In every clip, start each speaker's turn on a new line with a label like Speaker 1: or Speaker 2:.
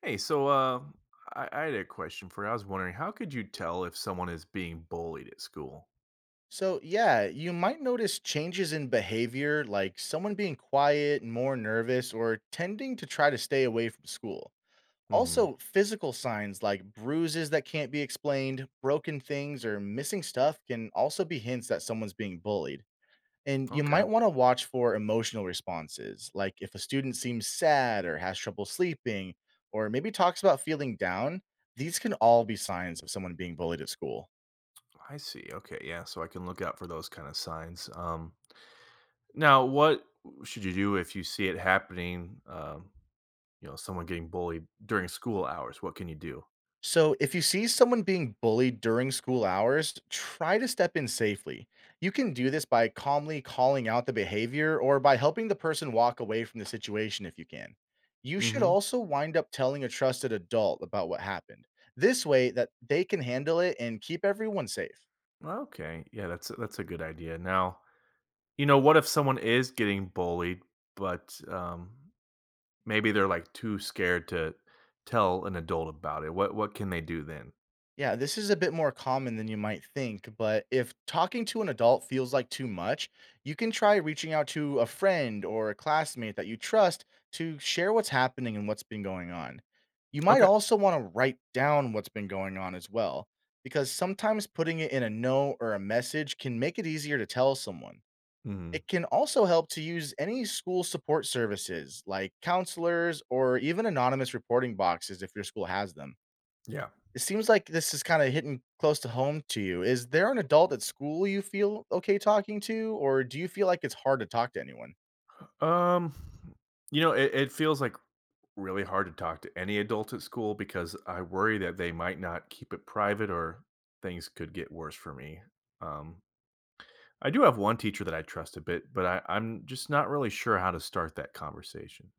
Speaker 1: Hey, I had a question for you. I was wondering, how could you tell if someone is being bullied at school?
Speaker 2: So, yeah, you might notice changes in behavior like someone being quiet, more nervous, or tending to try to stay away from school.
Speaker 1: Hmm.
Speaker 2: Also, physical signs like bruises that can't be explained, broken things, or missing stuff can also be hints that someone's being bullied. And you
Speaker 1: Okay,
Speaker 2: might want to watch for emotional responses, like if a student seems sad or has trouble sleeping, or maybe talks about feeling down, these can all be signs of someone being bullied at school.
Speaker 1: I see. Okay, yeah, so I can look out for those kind of signs. Now, what should you do if you see it happening? Someone getting bullied during school hours. What can you do?
Speaker 2: So, if you see someone being bullied during school hours, try to step in safely. You can do this by calmly calling out the behavior or by helping the person walk away from the situation if you can. You should
Speaker 1: Hmm.
Speaker 2: also wind up telling a trusted adult about what happened. This way that they can handle it and keep everyone safe.
Speaker 1: Okay, yeah, that's a good idea. Now, you know, what if someone is getting bullied, but maybe they're like too scared to tell an adult about it? What can they do then?
Speaker 2: Yeah, this is a bit more common than you might think, but if talking to an adult feels like too much, you can try reaching out to a friend or a classmate that you trust to share what's happening and what's been going on. You might
Speaker 1: Okay.
Speaker 2: also want to write down what's been going on as well, because sometimes putting it in a note or a message can make it easier to tell someone.
Speaker 1: Mhm.
Speaker 2: It can also help to use any school support services like counselors or even anonymous reporting boxes if your school has them.
Speaker 1: Yeah.
Speaker 2: It seems like this is kinda hitting close to home to you. Is there an adult at school you feel okay talking to, or do you feel like it's hard to talk to anyone?
Speaker 1: Um, you know, it feels like really hard to talk to any adult at school because I worry that they might not keep it private or things could get worse for me. Um, I do have one teacher that I trust a bit, but I'm just not really sure how to start that conversation.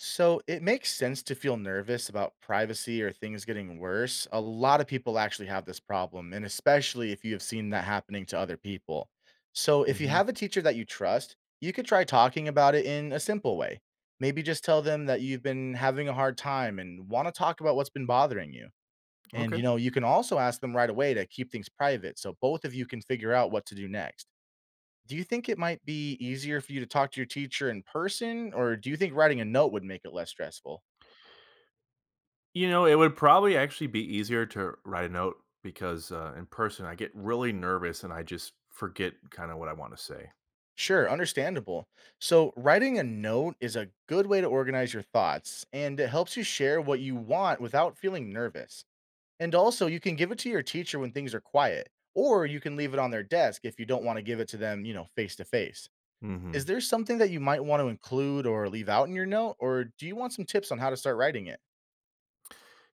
Speaker 2: So, it makes sense to feel nervous about privacy or things getting worse. A lot of people actually have this problem, and especially if you have seen that happening to other people. So, if you
Speaker 1: Hmm.
Speaker 2: have a teacher that you trust, you could try talking about it in a simple way. Maybe just tell them that you've been having a hard time and wanna talk about what's been bothering you. And,
Speaker 1: Okay.
Speaker 2: you know, you can also ask them right away to keep things private so both of you can figure out what to do next. Do you think it might be easier for you to talk to your teacher in person, or do you think writing a note would make it less stressful?
Speaker 1: You know, it would probably actually be easier to write a note because in person I get really nervous and I just forget kind of what I want to say.
Speaker 2: Sure, understandable. So, writing a note is a good way to organize your thoughts and it helps you share what you want without feeling nervous. And also, you can give it to your teacher when things are quiet, or you can leave it on their desk if you don't want to give it to them, you know, face to face. Is
Speaker 1: Hmm.
Speaker 2: there something that you might want to include or leave out in your note, or do you want some tips on how to start writing it?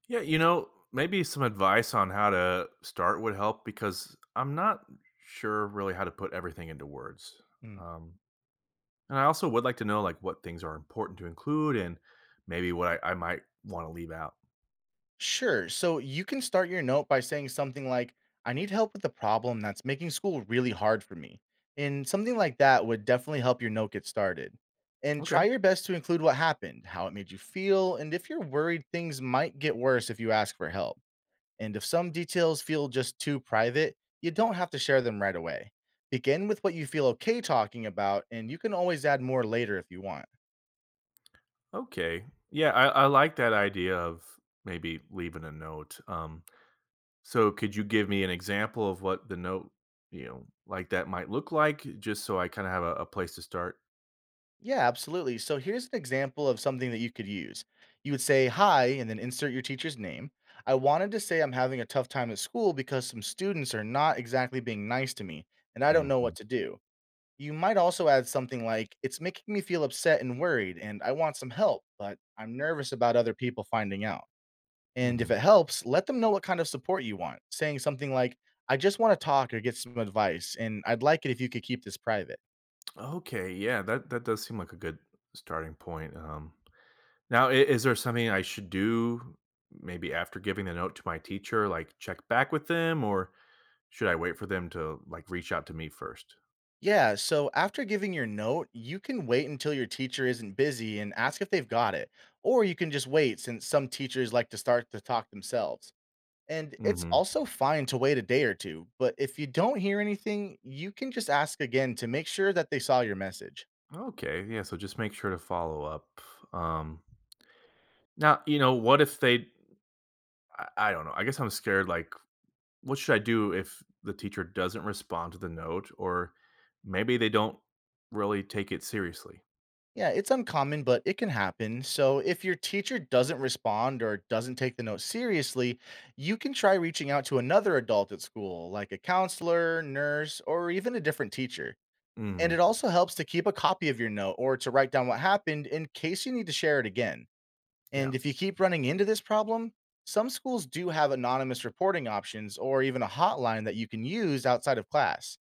Speaker 1: Yeah, you know, maybe some advice on how to start would help because I'm not sure really how to put everything into words.
Speaker 2: Mm.
Speaker 1: Um, and I also would like to know like what things are important to include and maybe what I might want to leave out.
Speaker 2: Sure. So you can start your note by saying something like, I need help with the problem that's making school really hard for me. And something like that would definitely help your note get started. And
Speaker 1: Okay.
Speaker 2: try your best to include what happened, how it made you feel, and if you're worried things might get worse if you ask for help. And if some details feel just too private, you don't have to share them right away. Begin with what you feel okay talking about, and you can always add more later if you want.
Speaker 1: Okay. Yeah, I like that idea of maybe leaving a note. So could you give me an example of what the note, you know, like that might look like just so I kind of have a place to start?
Speaker 2: Yeah, absolutely. So here's an example of something that you could use. You would say, Hi, and then insert your teacher's name. I wanted to say I'm having a tough time at school because some students are not exactly being nice to me, and I don't know
Speaker 1: Hmm.
Speaker 2: what to do. You might also add something like, It's making me feel upset and worried, and I want some help, but I'm nervous about other people finding out. And if
Speaker 1: Hmm.
Speaker 2: it helps, let them know what kind of support you want, saying something like, I just want to talk or get some advice, and I'd like it if you could keep this private.
Speaker 1: Okay, yeah, that does seem like a good starting point. Now, is there something I should do maybe after giving the note to my teacher, like check back with them, or should I wait for them to like reach out to me 1st?
Speaker 2: Yeah, so after giving your note, you can wait until your teacher isn't busy and ask if they've got it. Or you can just wait since some teachers like to start the talk themselves. And it's
Speaker 1: Hmm.
Speaker 2: also fine to wait a day or two, but if you don't hear anything, you can just ask again to make sure that they saw your message.
Speaker 1: Okay, yeah, so just make sure to follow up. Um, Now, you know, what if they? I don't know. I guess I'm scared. Like, what should I do if the teacher doesn't respond to the note, or maybe they don't really take it seriously?
Speaker 2: Yeah, it's uncommon, but it can happen. So, if your teacher doesn't respond or doesn't take the note seriously, you can try reaching out to another adult at school, like a counselor, nurse, or even a different teacher. And
Speaker 1: Mm,
Speaker 2: it also helps to keep a copy of your note or to write down what happened in case you need to share it again.
Speaker 1: yeah.
Speaker 2: And if you keep running into this problem, some schools do have anonymous reporting options or even a hotline that you can use outside of class.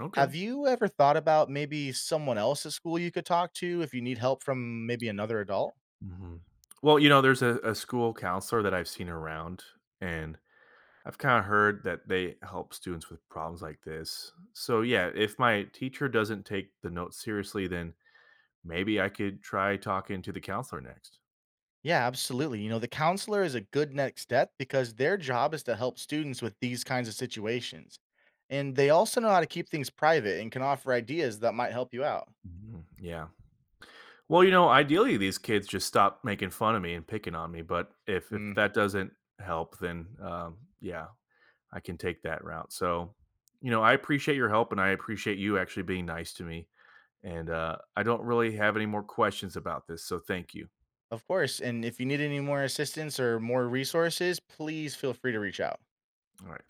Speaker 1: Okay.
Speaker 2: Have you ever thought about maybe someone else at school you could talk to if you need help from maybe another adult?
Speaker 1: Mhm. Well, you know, there's a school counselor that I've seen around, and I've kinda heard that they help students with problems like this. So, yeah, if my teacher doesn't take the notes seriously, then maybe I could try talking to the counselor next.
Speaker 2: Yeah, absolutely. You know, the counselor is a good next step because their job is to help students with these kinds of situations. And they also know how to keep things private and can offer ideas that might help you out.
Speaker 1: Mhm, yeah. Well, you know, ideally, these kids just stop making fun of me and picking on me, but if
Speaker 2: Mm,
Speaker 1: that doesn't help, then, yeah, I can take that route. So, you know, I appreciate your help, and I appreciate you actually being nice to me. And I don't really have any more questions about this. So thank you.
Speaker 2: of course. And if you need any more assistance or more resources, please feel free to reach out.
Speaker 1: All right.